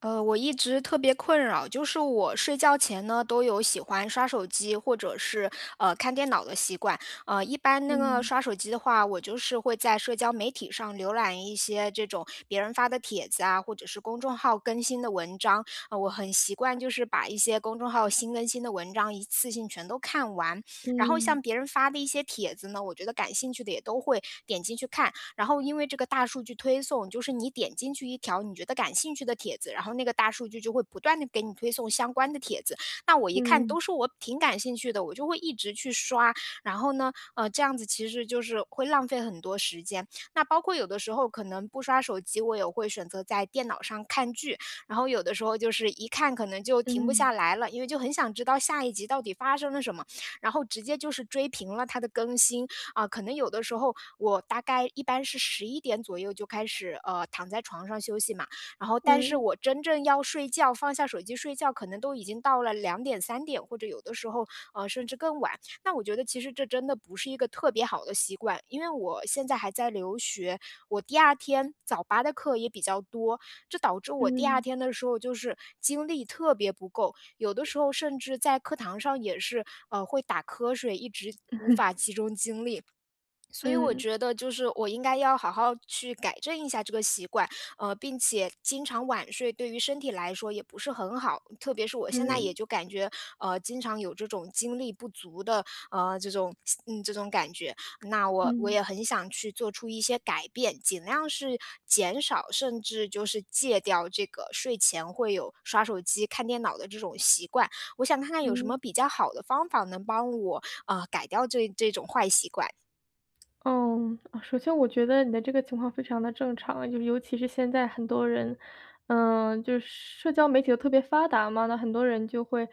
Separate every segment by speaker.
Speaker 1: 我一直特别困扰，就是我睡觉前呢都有喜欢刷手机或者是看电脑的习惯。一般那个
Speaker 2: 嗯，
Speaker 1: 刷手机的话，我就是会在社交媒体上浏览一些这种别人发的帖子啊，或者是公众号更新的文章。我很习惯就是把一些公众号新更新的文章一次性全都看完。然后
Speaker 2: 嗯，
Speaker 1: 像别人发的一些帖子呢，我觉得感兴趣的也都会点进去看。然后因为这个大数据推送，就是你点进去一条你觉得感兴趣的帖子，然后那个大数据就会不断的给你推送相关的帖子。那我一看
Speaker 2: 嗯，
Speaker 1: 都是我挺感兴趣的，我就会一直去刷。然后呢，这样子其实就是会浪费很多时间。那包括有的时候可能不刷手机，我也会选择在电脑上看剧。然后有的时候就是一看可能就停不
Speaker 2: 嗯，
Speaker 1: 下来了，因为就很想知道下一集到底发生了什么，然后直接就是追平了它的更新，啊，可能有的时候我大概一般是11点左右就开始，躺在床上休息嘛，然后但是
Speaker 2: 嗯，
Speaker 1: 我真正要睡觉，放下手机睡觉，可能都已经到了2点、3点，或者有的时候，甚至更晚。那我觉得其实这真的不是一个特别好的习惯，因为我现在还在留学，我第二天早八的课也比较多，这导致我第二
Speaker 2: 嗯
Speaker 1: 天的时候就是精力特别不够，有的时候甚至在课堂上也是，会打瞌睡，一直无法 集中精力。所以
Speaker 2: 嗯，
Speaker 1: 我
Speaker 2: 嗯，
Speaker 1: 觉得就是我应该要好好去改正一下这个习惯，并且经常晚睡对于身体来说也不是很好，特别是我现在也
Speaker 2: 嗯，
Speaker 1: 就感觉，经常有这种精力不足的，呃，这种这种感觉。那我
Speaker 2: 嗯。
Speaker 1: 也很想去做出一些改变，尽量是减少甚至就是戒掉这个睡前会有刷手机、看电脑的这种习惯。我想看看有什
Speaker 2: 嗯，
Speaker 1: 么比较好的方法能帮我改掉这种坏习惯。
Speaker 2: 哦，啊，首先我觉得你的这个情况非常的正常，就是尤其是现在很多人，嗯，就是社交媒体都特别发达嘛，那很多人就会，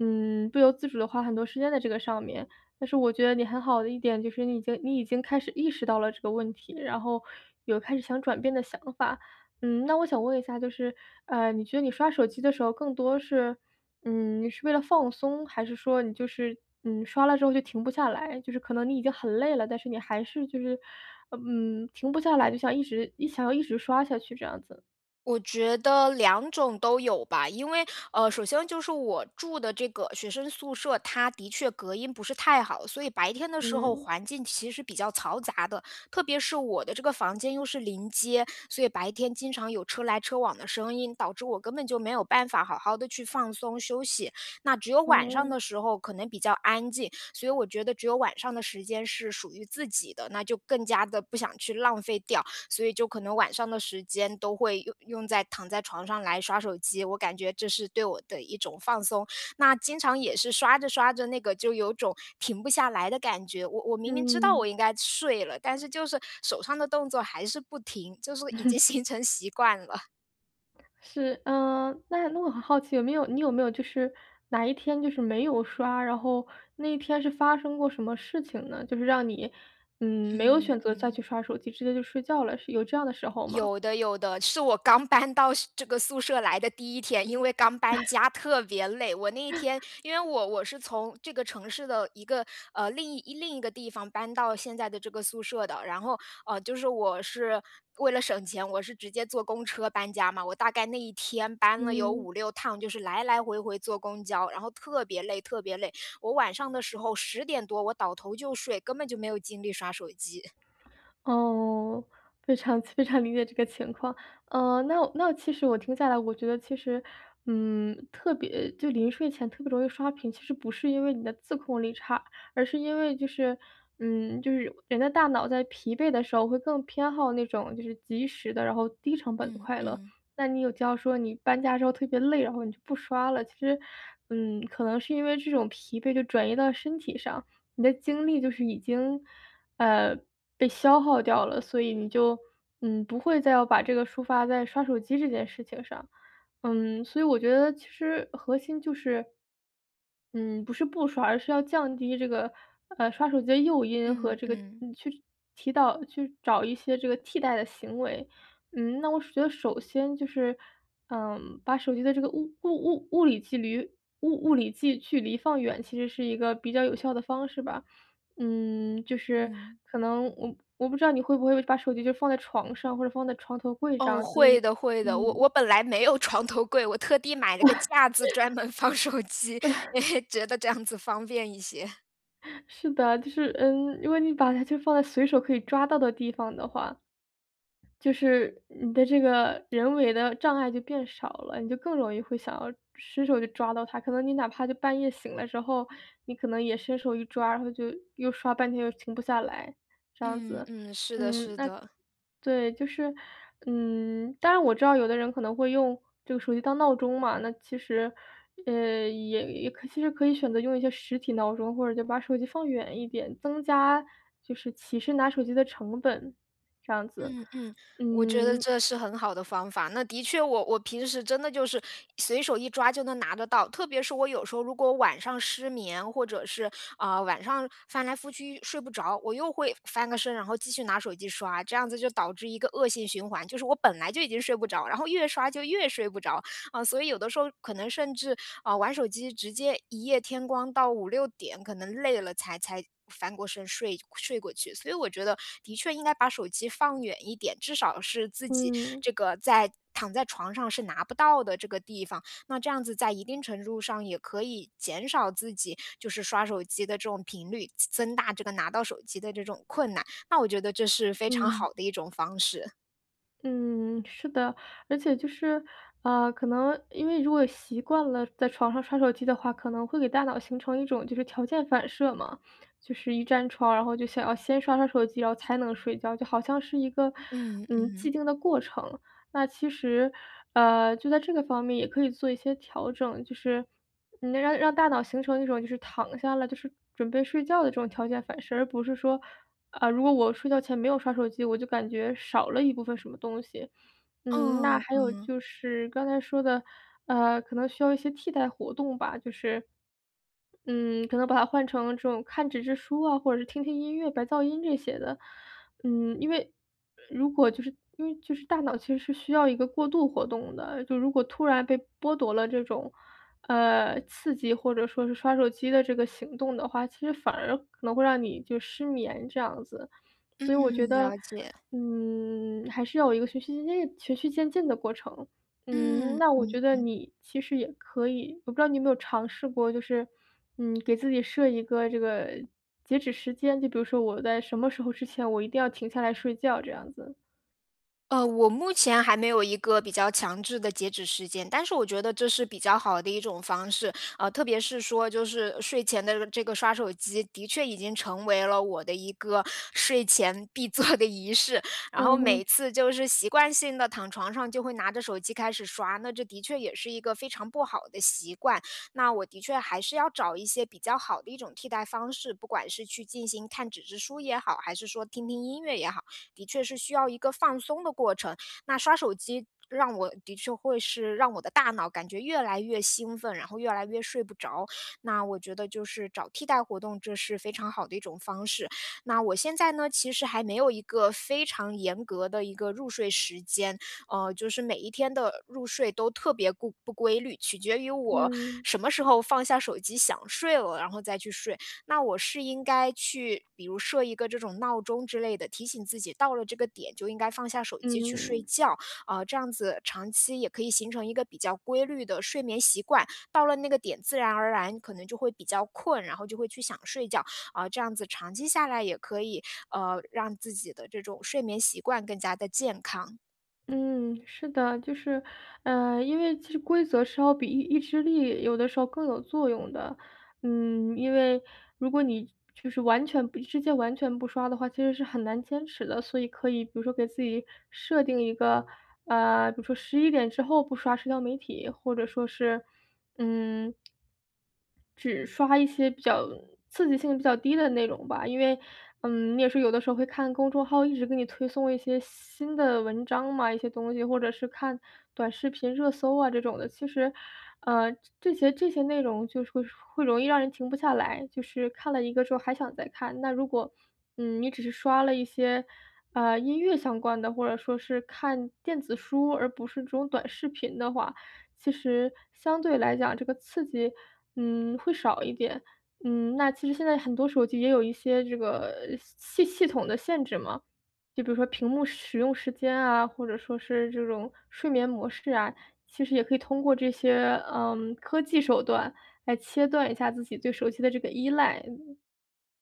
Speaker 2: 嗯，不由自主的花很多时间在这个上面。但是我觉得你很好的一点就是你已经开始意识到了这个问题，然后有开始想转变的想法。嗯，那我想问一下，就是，你觉得你刷手机的时候更多是，嗯，你是为了放松，还是说你就是，嗯，刷了之后就停不下来？就是可能你已经很累了，但是你还是就是，停不下来，就想一直想要一直刷下去这样子。
Speaker 1: 我觉得两种都有吧，因为首先就是我住的这个学生宿舍，它的确隔音不是太好，所以白天的时候
Speaker 2: 嗯，
Speaker 1: 环境其实比较嘈杂的，特别是我的这个房间又是临街，所以白天经常有车来车往的声音，导致我根本就没有办法好好的去放松休息。那只有晚上
Speaker 2: 哦，
Speaker 1: 的时候可能比较安静，所以我觉得只有晚上的时间是属于自己的，那就更加的不想去浪费掉。所以就可能晚上的时间都会用在躺在床上来刷手机，我感觉这是对我的一种放松。那经常也是刷着刷着那个就有种停不下来的感觉，我明明知道
Speaker 2: 嗯。
Speaker 1: 我应该睡了，但是就是手上的动作还是不停，就是已经 形成习惯了。
Speaker 2: 是，嗯，那我很好奇，你有没有就是哪一天就是没有刷，然后那一天是发生过什么事情呢？就是让你，嗯，没有
Speaker 1: 嗯
Speaker 2: 选择再
Speaker 1: 嗯。
Speaker 2: 去刷手机，直接就睡觉了，是有这样的时候吗？
Speaker 1: 有的有的，是我刚搬到是这个宿舍来的第一天，因为刚搬家特别累。我那一天因为我是从这个城市的一个，另一个地方搬到现在的这个宿舍的，然后，我是为了省钱，我是直接坐公车搬家嘛，我大概那一天搬了有
Speaker 2: 嗯，
Speaker 1: 5、6趟，就是来来回回坐公交，然后特别累。我晚上的时候10点多我倒头就睡，根本就没有精力刷手机。
Speaker 2: 哦，非常 非常理解这个情况。那其实我听下来，我觉得其实，嗯，特别就临睡前特别容易刷屏，其实不是因为你的自控力差，而是因为就是，嗯，就是人的大脑在疲惫的时候会更偏好那种就是及时的，然后低成本的
Speaker 1: 嗯
Speaker 2: 快乐。
Speaker 1: 嗯，
Speaker 2: 那你有提到说你搬家之后特别累，然后你就不刷了，其实，嗯，可能是因为这种疲惫就转移到身体上，你的精力就是已经呃，被消耗掉了，所以你就，嗯，不会再要把这个抒发在刷手机这件事情上。嗯，所以我觉得其实核心就是，嗯，不是不刷，而是要降低这个，刷手机的诱因和
Speaker 1: 嗯
Speaker 2: 这个
Speaker 1: 嗯，
Speaker 2: 嗯，去提到去找一些这个替代的行为。嗯，那我是觉得首先就是，嗯，把手机的这个物理距离放远，其实是一个比较有效的方式吧。嗯，就是
Speaker 1: 嗯。
Speaker 2: 可能我不知道你会不会把手机就放在床上，或者放在床头柜这
Speaker 1: 哦，
Speaker 2: 样子就
Speaker 1: 会的会的。我
Speaker 2: 嗯，
Speaker 1: 我本来没有床头柜，我特地买了个架子专门放手机，因为觉得这样子方便一些。
Speaker 2: 是的，就是嗯，如果你把它就放在随手可以抓到的地方的话，就是你的这个人为的障碍就变少了，你就更容易会想要伸手就抓到它。可能你哪怕就半夜醒了之后，你可能也伸手一抓，然后就又刷半天又停不下来，这样
Speaker 1: 嗯
Speaker 2: 子。
Speaker 1: 嗯，是的
Speaker 2: 嗯，
Speaker 1: 是
Speaker 2: 那
Speaker 1: 的。
Speaker 2: 对，就是，嗯，当然我知道有的人可能会用这个手机当闹钟嘛，那其实，呃，也也可其实可以选择用一些实体闹钟，或者就把手机放远一点，增加就是起身拿手机的成本，这样子。
Speaker 1: 嗯嗯，我觉得
Speaker 2: 嗯，
Speaker 1: 这是很好的方法。那的确我我平时真的就是随手一抓就能拿得到，特别是我有时候如果晚上失眠，或者是，啊，晚上翻来覆去睡不着，我又会翻个身，然后继续拿手机刷，这样子就导致一个恶性循环，就是我本来就已经睡不着，然后越刷就越睡不着，啊，所以有的时候可能甚至，啊，玩手机直接一夜天光到5、6点，可能累了才翻过身睡过去。所以我觉得的确应该把手机放远一点，至少是自己
Speaker 2: 嗯，
Speaker 1: 这个在躺在床上是拿不到的这个地方。那这样子在一定程度上也可以减少自己就是刷手机的这种频率，增大这个拿到手机的这种困难，那我觉得这是非常
Speaker 2: 嗯。
Speaker 1: 好的一种方式。
Speaker 2: 嗯，是的，而且就是，啊，可能因为如果习惯了在床上刷手机的话，可能会给大脑形成一种就是条件反射嘛，就是一沾床，然后就想要先刷刷手机，然后才能睡觉，就好像是一个，
Speaker 1: 嗯
Speaker 2: 嗯，既
Speaker 1: 嗯，
Speaker 2: 定的过程。那其实，就在这个方面也可以做一些调整，就是。你能让大脑形成一种就是躺下了，就是准备睡觉的这种条件反射，而不是说，啊，如果我睡觉前没有刷手机，我就感觉少了一部分什么东西。嗯，那
Speaker 1: 嗯
Speaker 2: 还有
Speaker 1: 嗯，
Speaker 2: 就是刚才说的，可能需要一些替代活动吧，就是嗯，可能把它换成这种看纸质书啊，或者是听听音乐、白噪音这些的。嗯，因为如果就是因为就是大脑其实是需要一个过度活动的，就如果突然被剥夺了这种，刺激或者说是刷手机的这个行动的话，其实反而可能会让你就失眠这样子。所以我觉
Speaker 1: 嗯，
Speaker 2: 得，
Speaker 1: 了解。
Speaker 2: 嗯，还是要有一个循序渐进的过程。嗯，
Speaker 1: 嗯，
Speaker 2: 那我觉得你其实也可以，我不知道你有没有尝试过，就是，嗯，给自己设一个这个截止时间，就比如说我在什么时候之前，我一定要停下来睡觉这样子。
Speaker 1: 我目前还没有一个比较强制的截止时间，但是我觉得这是比较好的一种方式，特别是说就是睡前的这个刷手机，的确已经成为了我的一个睡前必做的仪式，然后
Speaker 2: 嗯哼。
Speaker 1: 每次就是习惯性的躺床上就会拿着手机开始刷，那这的确也是一个非常不好的习惯，那我的确还是要找一些比较好的一种替代方式，不管是去进行看纸质书也好，还是说听听音乐也好。的确是需要一个放松的过程。那刷手机让我的确会是让我的大脑感觉越来越兴奋，然后越来越睡不着。那我觉得就是找替代活动，这是非常好的一种方式。那我现在呢，其实还没有一个非常严格的一个入睡时间。就是每一天的入睡都特别不规律，取决于我
Speaker 2: 嗯，
Speaker 1: 什么时候放下手机想睡了，然后再去睡。那我是应该去，比如设一个这种闹钟之类的，提醒自己到了这个点就应该放下手机去睡
Speaker 2: 嗯。
Speaker 1: 觉，这样子长期也可以形成一个比较规律的睡眠习惯。到了那个点，自然而然可能就会比较困，然后就会去想睡觉啊、这样子长期下来也可以让自己的这种睡眠习惯更加的健康。
Speaker 2: 嗯，是的，就是，因为其实规则是要比意志力有的时候更有作用的。嗯，因为如果你就是完全不直接完全不刷的话，其实是很难坚持的。所以可以比如说给自己设定一个，比如说十一点之后不刷社交媒体，或者说是，嗯，只刷一些比较刺激性比较低的内容吧，因为，嗯，你也是有的时候会看公众号一直给你推送一些新的文章嘛，一些东西，或者是看短视频热搜啊这种的。其实，呃，这些内容就是会容易让人停不下来，就是看了一个之后还想再看。那如果，嗯，你只是刷了一些，音乐相关的，或者说是看电子书，而不是这种短视频的话，其实相对来讲，这个刺激，嗯，会少一点。嗯，那其实现在很多手机也有一些这个系统的限制嘛，就比如说屏幕使用时间啊，或者说是这种睡眠模式啊，其实也可以通过这些，嗯，科技手段来切断一下自己对手机的这个依赖。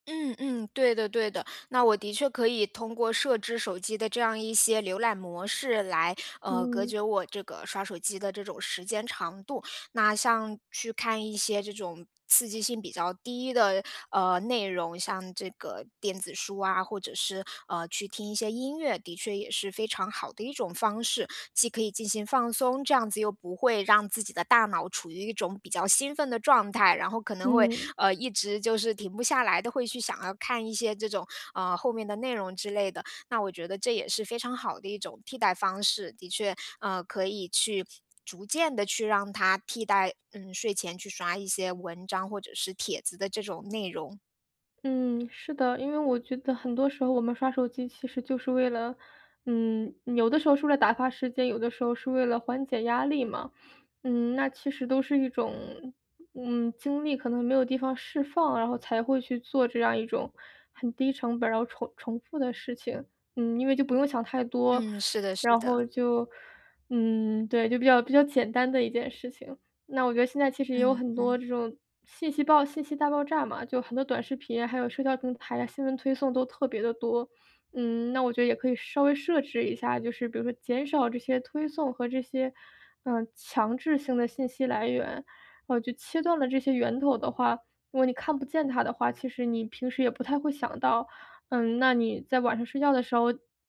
Speaker 1: 嗯嗯，对的对的。那我的确可以通过设置手机的这样一些浏览模式来，隔
Speaker 2: 嗯，
Speaker 1: 绝我这个刷手机的这种时间长度。那像去看一些这种刺激性比较低的内容，像这个电子书啊，或者是去听一些音乐，的确也是非常好的一种方式，既可以进行放松，这样子又不会让自己的大脑处于一种比较兴奋的状态，然后可能会
Speaker 2: 嗯。
Speaker 1: 一直就是停不下来的，会去想要看一些这种后面的内容之类的。那我觉得这也是非常好的一种替代方式，的确，可以去逐渐的去让它替代，嗯，睡前去刷一些文章或者是帖子的这种内容。
Speaker 2: 嗯，是的，因为我觉得很多时候我们刷手机其实就是为了，嗯，有的时候是为了打发时间，有的时候是为了缓解压力嘛。嗯，那其实都是一种，嗯，精力可能没有地方释放，然后才会去做这样一种很低成本，然后重复的事情。嗯，因为就不用想太多，
Speaker 1: 嗯，是的是
Speaker 2: 然
Speaker 1: 的，
Speaker 2: 后就，嗯，对，就比较简单的一件事情。那我觉得现在其实也有
Speaker 1: 嗯
Speaker 2: 很多
Speaker 1: 嗯。
Speaker 2: 这种信息大爆炸嘛，就很多短视频，还有社交平台啊，新闻推送都特别的多。嗯，那我觉得也可以稍微设置一下，就是比如说减少这些推送和这些，强制性的信息来源。就切断了这些源头的话，如果你看不见它的话，其实你平时也不太会想到。嗯，那你在晚上睡觉的时候，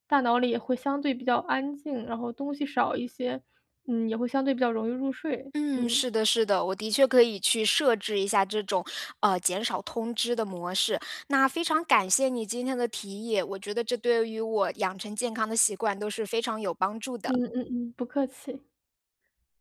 Speaker 2: 大脑里也会相对比较安静，然后东西少一些，嗯，也会相对比较容易入睡，
Speaker 1: 嗯，
Speaker 2: 嗯。
Speaker 1: 是的是的，我的确可以去设置一下这种，减少通知的模式。那非常感谢你今天的提议，我觉得这对于我养成健康的习惯都是非常有帮助的。
Speaker 2: 嗯嗯嗯，不客气。